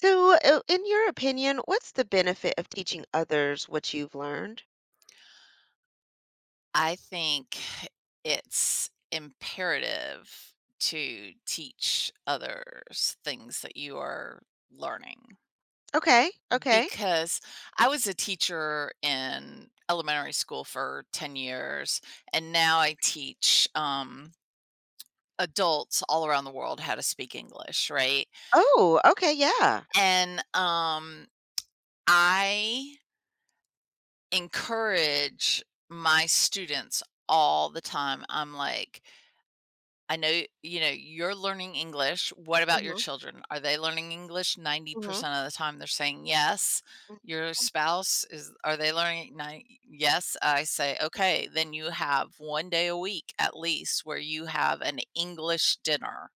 So, in your opinion, what's the benefit of teaching others what you've learned? I think it's imperative to teach others things that you are learning Okay. Okay. because I was a teacher in elementary school for 10 years, and now I teach, adults all around the world how to speak English, right? Oh, okay. Yeah. And, I encourage my students all the time. I'm like I know, you're learning English. What about your Hmm. children? Are they learning English? Hmm. 90% of the time they're saying yes. Your spouse are they learning? Nine, yes. I say, okay, then you have one day a week at least where you have an English dinner.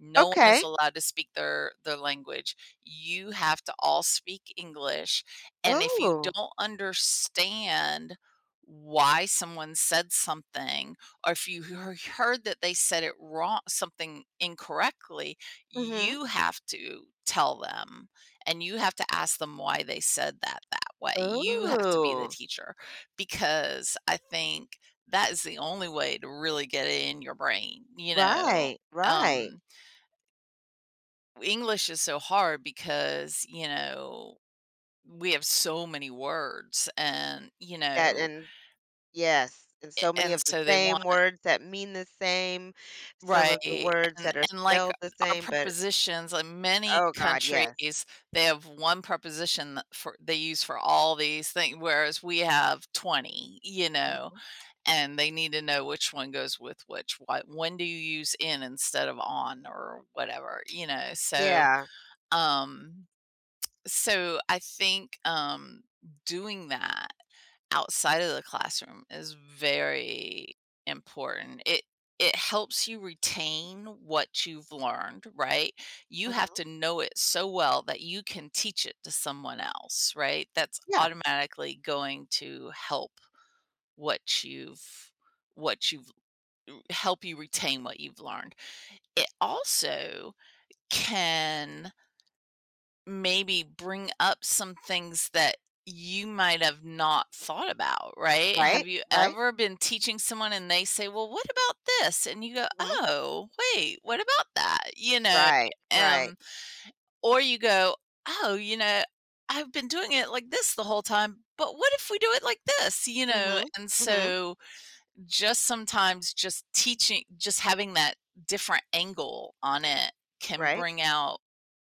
No one is Okay. allowed to speak their language. You have to all speak English. And if you Oh. don't understand why someone said something, or if you heard that they said it wrong, something incorrectly, Hmm. you have to tell them, and you have to ask them why they said that that way. You have to be the Oh. teacher because I think that is the only way to really get it in your brain. Right. Right. Um, English is so hard because, we have so many words, and, you That know, and yes. And so many and of the so they want. same words that mean the same, some of the Right, words and that are and, like, spelled the our same, but prepositions, like, many oh God, yes. countries, they have one preposition that for they use for all these things, whereas we have 20, Hmm. and they need to know which one goes with which, what, when do you use "in" instead of "on" or whatever, you know? So, Yeah. um so I think, doing that outside of the classroom is very important. It helps you retain what you've learned, right? You have Hmm. to know it so well that you can teach it to someone else, right? That's Yeah. automatically going to help what you've what you've help you retain what you've learned. It also can maybe bring up some things that you might have not thought about, right? Have Right. you Right. ever been teaching someone and they say, "Well, what about this?" And you go, Hmm. "Oh, wait, what about that?" Right. Right. um, or you go, "Oh, you know, I've been doing it like this the whole time, but what if we do it like this?" You know, Hmm. and Hmm. so just sometimes just teaching, just having that different angle on it, can Right? bring out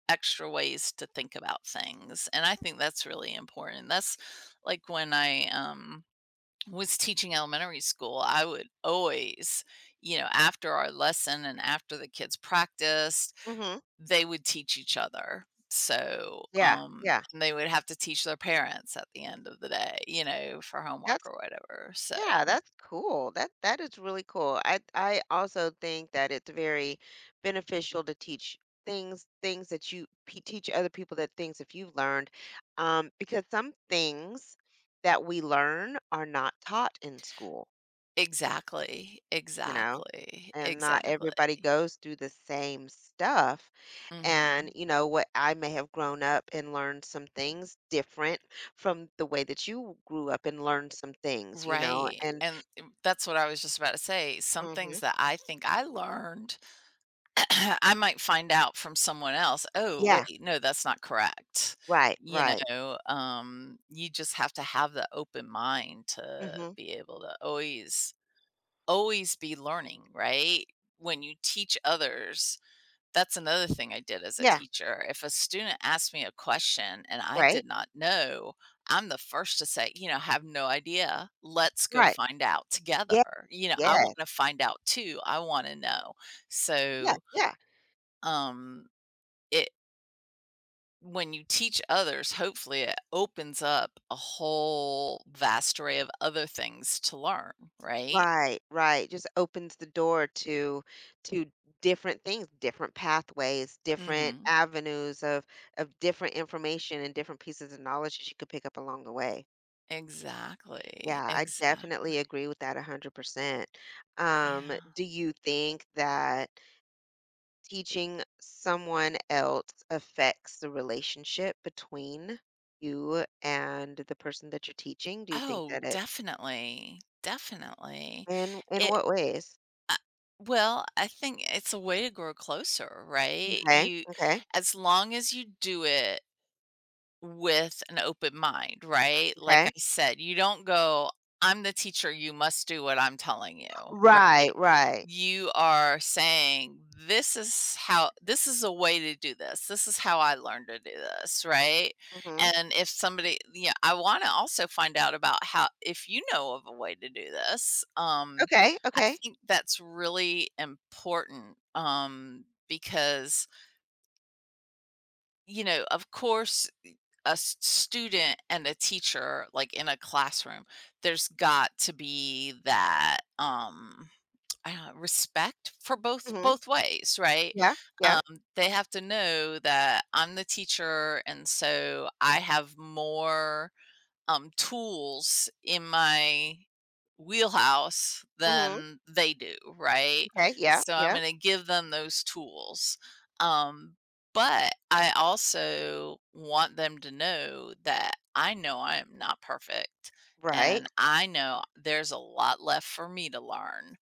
extra ways to think about things. And I think that's really important. That's like when I was teaching elementary school, I would always after our lesson and after the kids practiced, Mhm. they would teach each other. So Yeah, yeah. and they would have to teach their parents at the end of the day, for homework That's or whatever so. yeah, that's cool. That is really cool. I also think that it's very beneficial to teach things things that you pe teach other people that things that you've learned, because some things that we learn are not taught in school. Exactly, You know? exactly, And not exactly. everybody goes through the same stuff. And, Mhm. you know, what I may have grown up and learned some things different from the way that you grew up and learned some things, you know? Right, And and that's what I was just about to say. Some things Mhm. that I think I learned, I might find out from someone else: "Oh, wait, Yeah, no, that's not correct." right, You right. know, you just have to have the open mind to Mhm. be able to always always be learning, right? When you teach others. That's another thing I did as a Yeah, teacher. If a student asked me a question and I right, did not know, I'm the first to say, "have no idea. Let's go right. find out together." Yeah, You know, I yeah, wanna find out too. I wanna know. yeah, So, yeah. um, it when you teach others, hopefully it opens up a whole vast array of other things to learn, right? Right, right, just opens the door to different things, different pathways, different Mhm. avenues of different information and different pieces of knowledge that you could pick up along the way. Exactly, Yeah, I exactly. definitely agree with that 100%. Yeah. Do you think that teaching someone else affects the relationship between you and the person that you're teaching? Do you think Oh, that it definitely, definitely. In It what ways? uh, well, I think it's a way to grow closer, right? Okay, You okay, as long as you do it with an open mind, right? Like I okay. said, you don't go, "I'm the teacher, you must do what I'm telling you," right? Right, right. You are saying, this is a way to do this. This is how I learned to do this," right? Mhm. And if somebody, yeah, I wanna also find out about how, if you know of a way to do this, Okay, I okay. think that's really important, because you know, of course, y a s student and a teacher, like, in a classroom, there's got to be that, I don't know, respect for both Mhm. both ways, right? Yeah, yeah. Um, they have to know that I'm the teacher, and so I have more tools in my wheelhouse Mhm. than they do, right? Okay, yeah, So I'm yeah. going to give them those tools. Um, but I also want them to know that I know I am not perfect, Right. and I know there's a lot left for me to learn.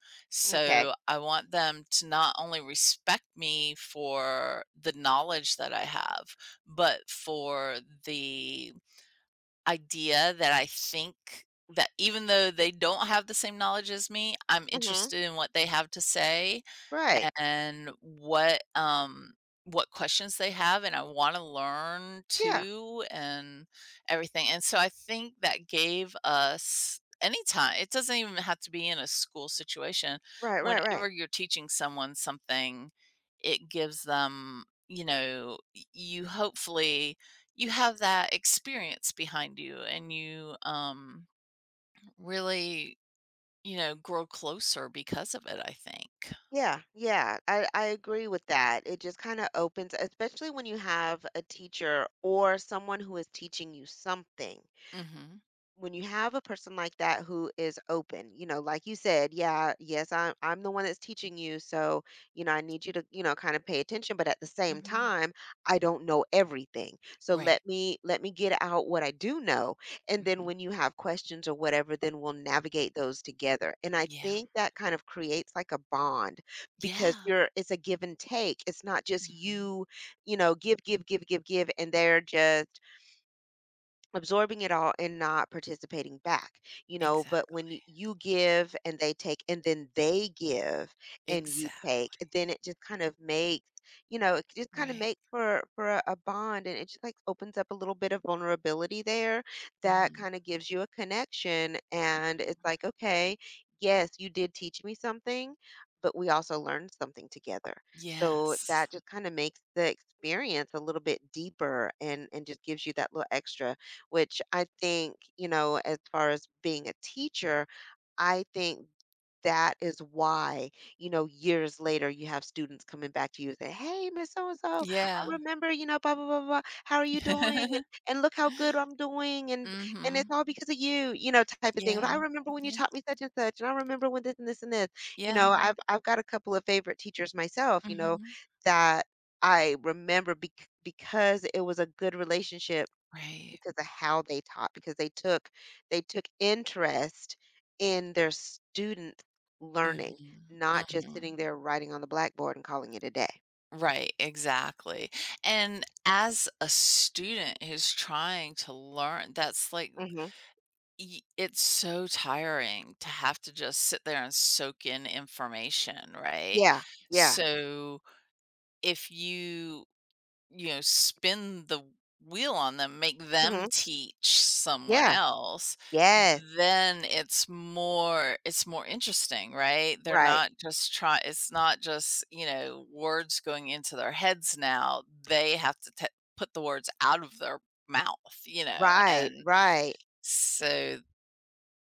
Okay. So I want them to not only respect me for the knowledge that I have, but for the idea that I think that even though they don't have the same knowledge as me, I'm Mhm. interested in what they have to say, Right. and what questions they have, and I wanna learn Yeah. too and everything. And so I think that gave us anytime, it doesn't even have to be in a school situation. Right, right, right. Whenever you're teaching someone something, it gives them, you know, y you hopefully you have that experience behind you, and you, really, grow closer because of it, I think. Yeah, yeah. I agree with that. It just kinda opens, especially when you have a teacher or someone who is teaching you something. Mhm. When you have a person like that who is open, like you said, yeah, yes, I'm the one that's teaching you, so I need you to, kind of pay attention, but at the same Mhm. time, I don't know everything. So Right. let me get out what I do know, and Mhm. then when you have questions or whatever, then we'll navigate those together. And I Yeah. think that kind of creates like a bond because Yeah. you're it's a give and take. It's not just Mhm. you, give give give give give, and they're just absorbing it all and not participating back. But Exactly. when you give and they take, and then they give and you take, Exactly. then it just kind of makes Right. For a bond. And it just like opens up a little bit of vulnerability there that Mhm, kind of gives you a connection, and mhm. it's like, okay, yes, you did teach me something, but we also learned something together, so Yes. that just kind of makes the experience a little bit deeper and just gives you that little extra, which I think, as far as being a teacher, I think that is why, years later you have students coming back to you and say, "Hey, Miss So and so, I Yeah. remember, blah blah blah blah. How are you doing?" And look how good I'm doing, and it's Mhm. all because of you, type of thing. Yeah. I remember when you Yeah. taught me such and such, and I remember when this and this and this. Yeah. I've got a couple of favorite teachers myself, Mhm. that I remember because it was a good relationship Right. because of how they taught, because they took interest in their students learning, Mhm. not just sitting Mhm. there writing on the blackboard and calling it a day. Right, exactly. And as a student who's trying to learn, that's like, Mhm. Y it's so tiring to have to just sit there and soak in information, right? Yeah, yeah. So, if you, spin the wheel on them, make them Mhm. teach someone Yeah. else, Yes. then it's more interesting, right? They're Right. not just try, it's not just, words going into their heads now. They have to t put the words out of their mouth, you know? Right, And right. so,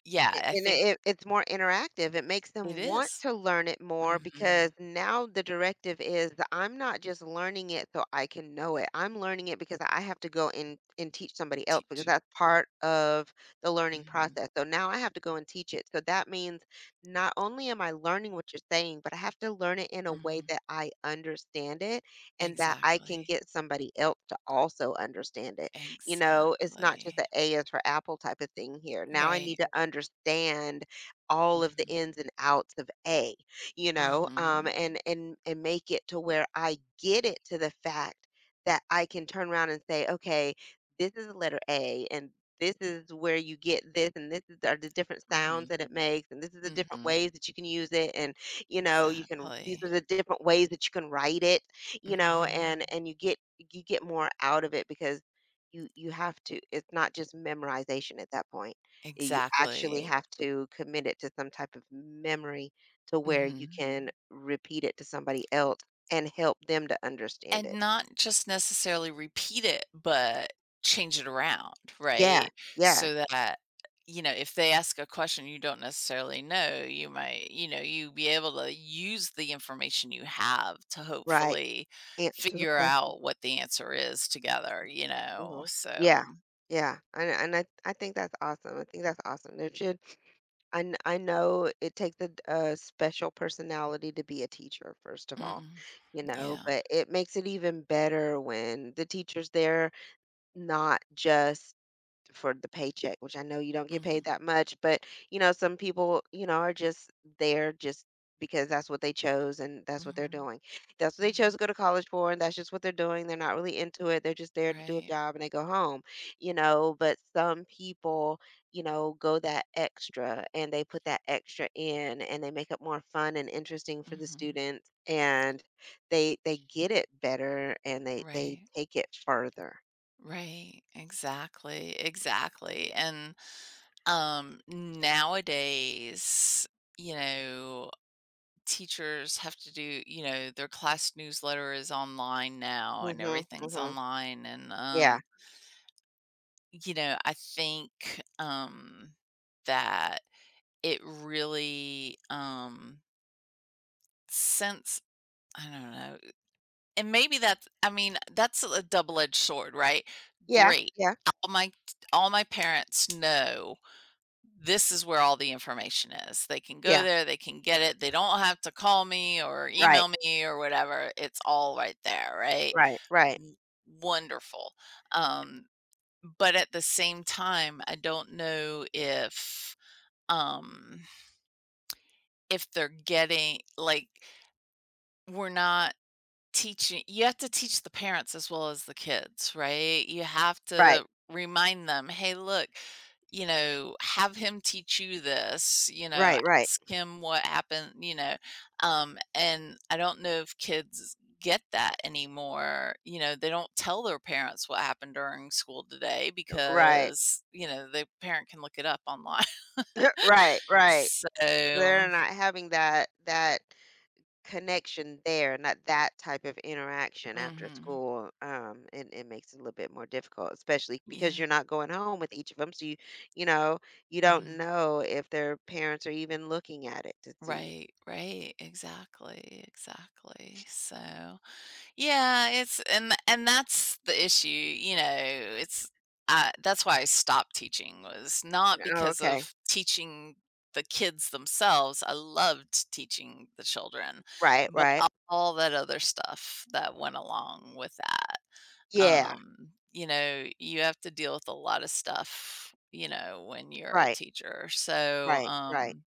yeah, I I and think it it's more interactive. It makes it them want is. to learn it more, because Mhm. now the directive is that I'm not just learning it so I can know it, I'm learning it because I have to go and teach somebody else, because Teach it. that's part of the learning Mhm. process. So now I have to go and teach it, so that means not only am I learning what you're saying, but I have to learn it in a way Mhm. that I understand it and that I can Exactly. get somebody else to also understand it. It's not just the Exactly. A is for apple type of thing here. Now I Right. need to understand all of the Mhm. ins and outs of A, you know, um, Mhm. and and and make it to where I get it to the fact that I can turn around and say, okay, this is the letter A, and this is where you get this, and are the different sounds Mhm. that it makes, and this is the different Mhm. ways that you can use it, and you know, you can these Exactly. are the different ways that you can write it, you know, Mhm. and and you get more out of it because you have to, it's not just memorization at that point. You actually Exactly. Exactly. have to commit it to some type of memory to where you Mhm. Mhm. can repeat it to somebody else and help them to understand And it. not just necessarily repeat it, but change it around, Yeah, right? yeah, So that, if they ask a question you don't necessarily know, you might, you be able to use the information you have to right. hopefully Answer the figure question. out what the answer is together, you know? Mhm. Yeah, So, yeah, and I think that's awesome. I think that's awesome. There should I kn I know it takes a special personality to be a teacher, first of all, mm, you know, yeah. but it makes it even better when the teacher's there, not just for the paycheck, which I know you don't get paid Mhm. that much, but some people, are just there just because that's what they chose and that's what they're Mhm. doing. That's what they chose Mhm. to go to college for, and that's just what they're doing. They're not really into it. They're just there to do a Right. job and they go home, but some people, go that extra and they put that extra in, and they make it more fun and interesting for the Mhm. students, and they get it better and they Right. take it further. Right. Exactly. Exactly. And nowadays, you know, teachers have to do, their class newsletter is online now, and Mhm, everything's mhm. online. And, Yeah, I think that it really, since, I don't know, and maybe that's, I mean, that's a double edged sword, right? yeah, Great. yeah, All my all my parents know this is where all the information is. They can go yeah. there, they can get it. They don't have to call me or Right, email me or whatever. It's all right there, right? right, right, W- Wonderful. Um, but at the same time, I don't know um if they're getting, like, we're not teaching. You have to teach the parents as well as the kids, right? You have right, to remind them, "Hey, look, you know, have him teach you this, you know, right, right, ask him what happened, you know." And I don't know if kids get that anymore. You know, they don't tell their parents what happened during school today right, because, the parent can look it up online. right, right. So They're not having that connection there, not that type of interaction after mhm. school. And it makes it a little bit more difficult, especially because Yeah. you're not going home with each of them, so you know, you don't Mhm. know if their parents are even looking at it to see. Right, right, exactly, exactly. So, yeah, it's, and and that's the issue, you know, it's I, that's why I stopped teaching, was not Oh, because okay. of teaching the kids themselves. I loved teaching the children, Right, but right. All that other stuff that went along with that. Yeah, You know, you have to deal with a lot of stuff, when you're a right, teacher. So, right, right.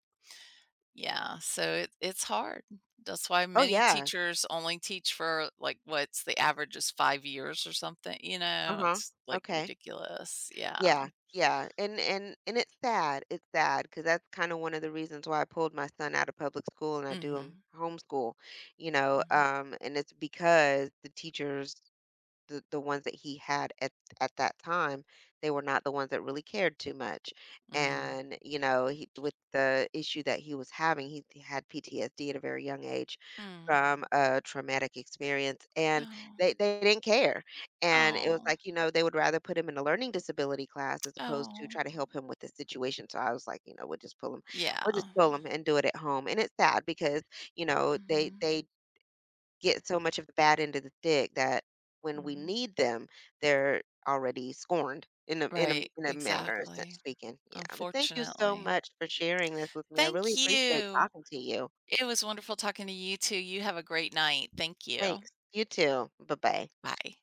yeah, so it's hard. That's why Oh many yeah. teachers only teach for, like, what's the average, is 5 years or something, Uh-huh. it's like Okay. ridiculous. Yeah. Yeah, yeah, and and it's sad. It's sad because that's kind of one of the reasons why I pulled my son out of public school and I do him Mhm. homeschool. Mhm. And it's because the ones that he had at that time, they were not the ones that really cared too much. Mm. And with the issue that he was having, he had PTSD at a very young age Mm. from a traumatic experience, and Oh. they didn't care. And it was Oh. like, they would rather put him in a learning disability class as opposed to Oh. try to help him with the situation, so I was like, we'll just pull him we'll Yeah. just pull him and do it at home. And it's sad because they Mhm. they get so much of the bad end of the stick that when we Mhm. need them, they're already scorned in a in a Right, in a manner of sense exactly. speaking. Yeah. But thank you so Unfortunately. much for sharing this with me. I really Thank appreciate you. talking to you. It was wonderful talking to you too. You have a great night. Thank you. Thanks. You too. Bye bye. Bye.